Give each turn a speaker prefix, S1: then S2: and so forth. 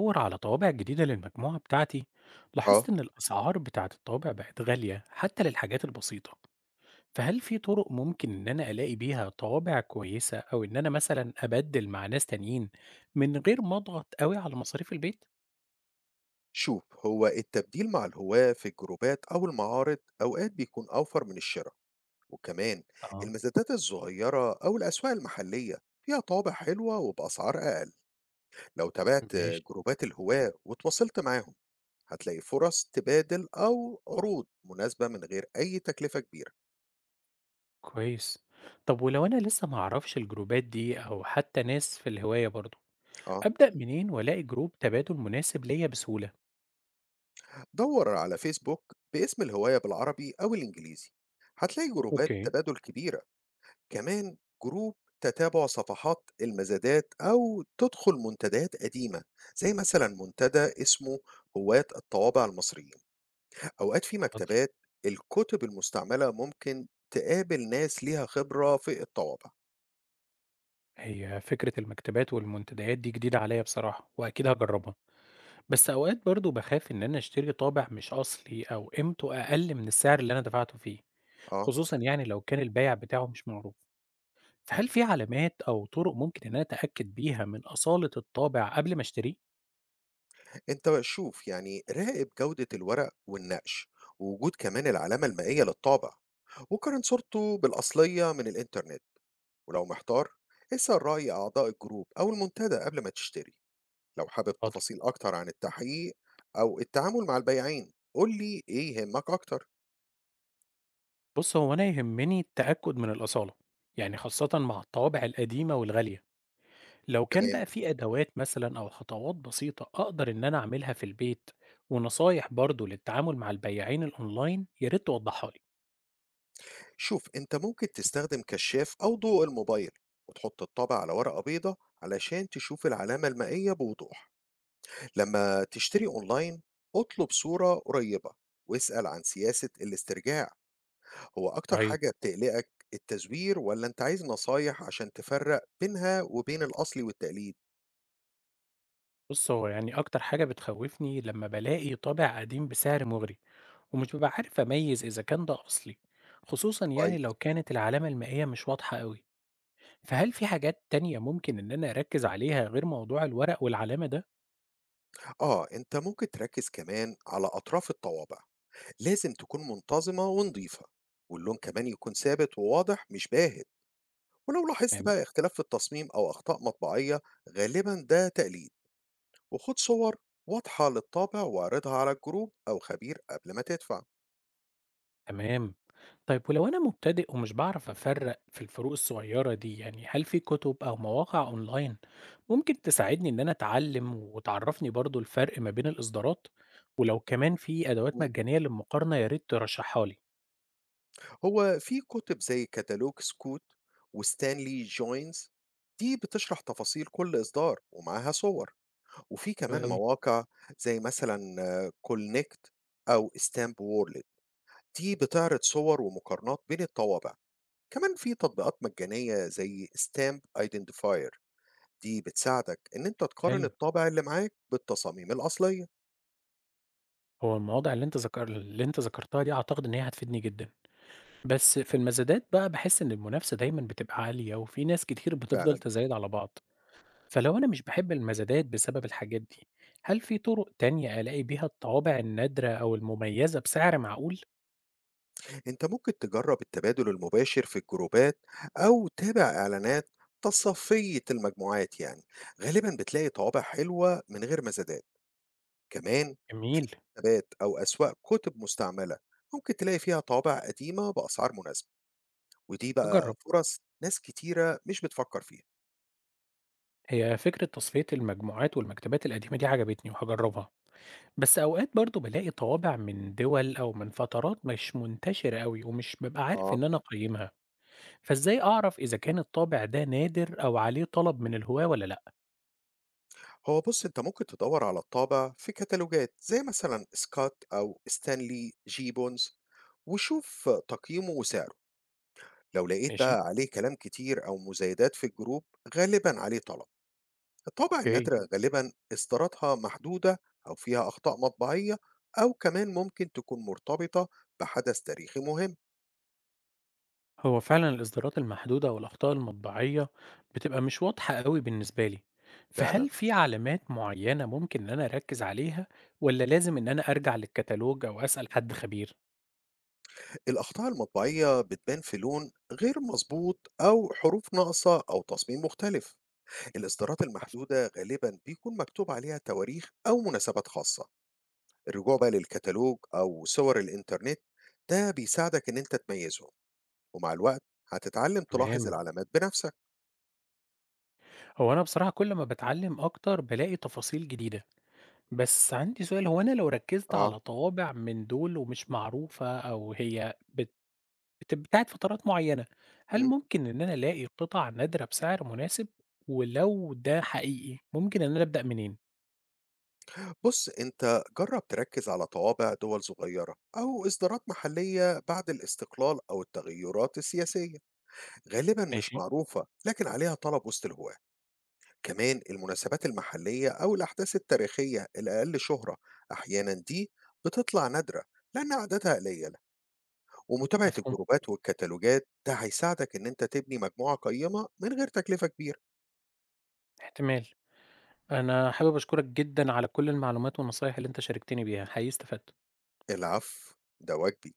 S1: بدور على طوابع جديدة للمجموعة بتاعتي. لاحظت
S2: آه،
S1: إن الأسعار بتاعة الطوابع بقت غالية حتى للحاجات البسيطة، فهل في طرق ممكن إن أنا ألاقي بيها طوابع كويسة أو إن أنا مثلا أبدل مع ناس تانيين من غير ما أضغط أوي على مصاريف البيت؟
S2: شوف، هو التبديل مع الهواة في الجروبات أو المعارض أوقات بيكون أوفر من الشراء. وكمان
S1: آه،
S2: المزادات الصغيرة أو الأسواق المحلية فيها طابع حلوة وبأسعار أقل. لو تابعت
S1: ماشي،
S2: جروبات الهواة وتواصلت معاهم، هتلاقي فرص تبادل أو عروض مناسبة من غير أي تكلفة كبيرة.
S1: كويس. طب ولو أنا لسه معرفش الجروبات دي أو حتى ناس في الهواية برضو،
S2: آه،
S1: أبدأ منين وألاقي جروب تبادل مناسب ليا بسهولة؟
S2: دور على فيسبوك باسم الهواية بالعربي أو الإنجليزي. هتلاقي جروبات
S1: اوكي،
S2: تبادل كبيرة. كمان جروب، تتابع صفحات المزادات أو تدخل منتديات قديمة، زي مثلا منتدى اسمه هواة الطوابع المصريين. أوقات في
S1: حاضر.
S2: مكتبات الكتب المستعملة ممكن تقابل ناس ليها خبرة في الطوابع.
S1: هي فكرة المكتبات والمنتديات دي جديدة عليا بصراحة وأكيد هجربها، بس أوقات برضو بخاف إن أنا أشتري طابع مش أصلي أو قيمته أقل من السعر اللي أنا دفعته فيه،
S2: اه،
S1: خصوصا يعني لو كان البايع بتاعه مش معروف. فهل في علامات أو طرق ممكن إن أنا أتأكد بيها من أصالة الطابع قبل ما أشتريه؟
S2: انت بقى شوف، يعني راقب جودة الورق والنقش، ووجود كمان العلامة المائية للطابع، وقارن صورته بالأصلية من الإنترنت. ولو محتار، اسأل رأي أعضاء الجروب أو المنتدى قبل ما تشتري. لو حابب
S1: حاضر.
S2: تفاصيل أكتر عن التحقيق أو التعامل مع البياعين، قول لي إيه يهمك أكتر.
S1: بص هو أنا يهمني التأكد من الأصالة، يعني خاصة مع الطوابع القديمة والغالية. لو كان
S2: تمام،
S1: بقى في أدوات مثلا أو خطوات بسيطة أقدر إن أنا أعملها في البيت ونصايح برضو للتعامل مع البياعين الأونلاين يا ريت توضحها لي.
S2: شوف أنت ممكن تستخدم كشاف أو ضوء الموبايل، وتحط الطبع على ورقة بيضة علشان تشوف العلامة المائية بوضوح. لما تشتري أونلاين، اطلب صورة قريبة، واسأل عن سياسة الاسترجاع. هو أكتر
S1: طيب،
S2: حاجة بتقلقك التزوير، ولا أنت عايز نصايح عشان تفرق بينها وبين الأصلي والتقليد؟
S1: بص هو يعني أكتر حاجة بتخوفني لما بلاقي طابع قديم بسعر مغري ومش ببقى عارف أميز إذا كان ده أصلي، خصوصا يعني
S2: كويس.
S1: لو كانت العلامة المائية مش واضحة قوي. فهل في حاجات تانية ممكن إن أنا أركز عليها غير موضوع الورق والعلامة ده؟
S2: آه، أنت ممكن تركز كمان على أطراف الطوابع. لازم تكون منتظمة ونضيفة، واللون كمان يكون ثابت وواضح مش باهت. ولو لاحظت
S1: تمام.
S2: بقى اختلاف في التصميم أو أخطاء مطبعية، غالبا ده تقليد. وخد صور واضحة للطابع واعرضها على الجروب أو خبير قبل ما تدفع.
S1: تمام، طيب ولو أنا مبتدئ ومش بعرف أفرق في الفروق الصغيرة دي، يعني هل في كتب أو مواقع أونلاين ممكن تساعدني إن أنا أتعلم وتعرفني برضو الفرق ما بين الإصدارات؟ ولو كمان في أدوات
S2: مم.
S1: مجانية للمقارنة يا ريت ترشحها لي.
S2: هو في كتب زي كتالوج سكوت وستانلي جوينز، دي بتشرح تفاصيل كل إصدار ومعاها صور. وفي
S1: حلو
S2: كمان
S1: أوي.
S2: مواقع زي مثلا كولنكت أو ستامب وورلد. دي بتعرض صور ومقارنات بين الطوابع. كمان في تطبيقات مجانية زي ستامب ايدنتيفاير، دي بتساعدك ان انت تقارن
S1: حلو،
S2: الطابع اللي معاك بالتصاميم الأصلية.
S1: هو المواضع اللي انت ذكرتها دي اعتقد ان هي هتفيدني جدا، بس في المزادات بقى بحس ان المنافسة دايما بتبقى عالية وفي ناس كتير بتفضل
S2: فعلا،
S1: تزايد على بعض. فلو أنا مش باحب المزادات بسبب الحاجات دي، هل في طرق تانية ألاقي بيها الطوابع النادرة أو المميزة بسعر معقول؟
S2: انت ممكن تجرب التبادل المباشر في الجروبات، او تابع اعلانات تصفية المجموعات، يعني غالبا بتلاقي طوابع حلوة من غير مزادات. كمان
S1: جميل،
S2: تبات او اسواق كتب مستعملة ممكن تلاقي فيها طوابع قديمة بأسعار مناسبة، ودي بقى
S1: هاجرب.
S2: فرص ناس كتيرة مش بتفكر فيها.
S1: هي فكرة تصفية المجموعات والمكتبات القديمة دي عجبتني وهاجربها، بس أوقات برضه بالاقي طوابع من دول أو من فترات مش منتشرة أوي ومش بابقى عارف إن
S2: اه،
S1: أنا أقيمها، فإزاي أعرف إذا كان الطابع ده نادر أو عليه طلب من الهواة ولا لأ؟
S2: هو بُص، أنت ممكن تدوّر على الطابع في كتالوجات زي مثلًا سكات أو ستانلي جي بونز، وشوف تقييمه وسعره. لو لقيت
S1: ماشي،
S2: بقى عليه كلام كتير أو مزايدات في الجروب، غالبًا عليه طلب. الطابع
S1: أوكي.
S2: النادرة غالبًا إصداراتها محدودة، أو فيها أخطاء مطبعية، أو كمان ممكن تكون مرتبطة بحدث تاريخي مهم.
S1: هو فعلا الإصدارات المحدودة والأخطاء المطبعية بتبقى مش واضحة قوي بالنسبة لي،
S2: فعلًا،
S1: فهل في علامات معينة ممكن إن أنا أركز عليها ولا لازم إن أنا أرجع للكتالوج أو أسأل حد خبير؟
S2: الأخطاء المطبعية بتبان في لون غير مضبوط أو حروف ناقصة أو تصميم مختلف. الإصدارات المحدودة غالبا بيكون مكتوب عليها تواريخ أو مناسبات خاصة. الرجوع بقى للكتالوج أو صور الإنترنت ده بيساعدك إن أنت تميزهم. ومع الوقت هتتعلم تلاحظ
S1: تمام.
S2: العلامات بنفسك.
S1: هو أنا بصراحة كل ما بتعلم أكتر بلاقي تفاصيل جديدة، بس عندي سؤال، هو أنا لو ركزت
S2: آه.
S1: على طوابع من دول ومش معروفة أو هي بتاعت فترات معينة، هل
S2: مم.
S1: ممكن إن أنا ألاقي قطع نادرة بسعر مناسب؟ ولو ده حقيقي ممكن إن أنا أبدأ منين؟
S2: بص أنت جرب تركز على طوابع دول صغيرة أو إصدارات محلية بعد الاستقلال أو التغيرات السياسية. غالبا مش
S1: ماشي،
S2: معروفة لكن عليها طلب وسط الهواة. كمان المناسبات المحلية أو الأحداث التاريخية الأقل شهرة أحيانا دي بتطلع نادرة لأن عددها قليل. ومتابعة
S1: مفهوم،
S2: الجروبات والكتالوجات ده هيساعدك إن أنت تبني مجموعة قيمة من غير تكلفة كبيرة.
S1: احتمال. أنا حابب أشكرك جدًا على كل المعلومات والنصايح اللي أنت شاركتني بيها، حقيقي استفدت.
S2: العفو، ده واجبي.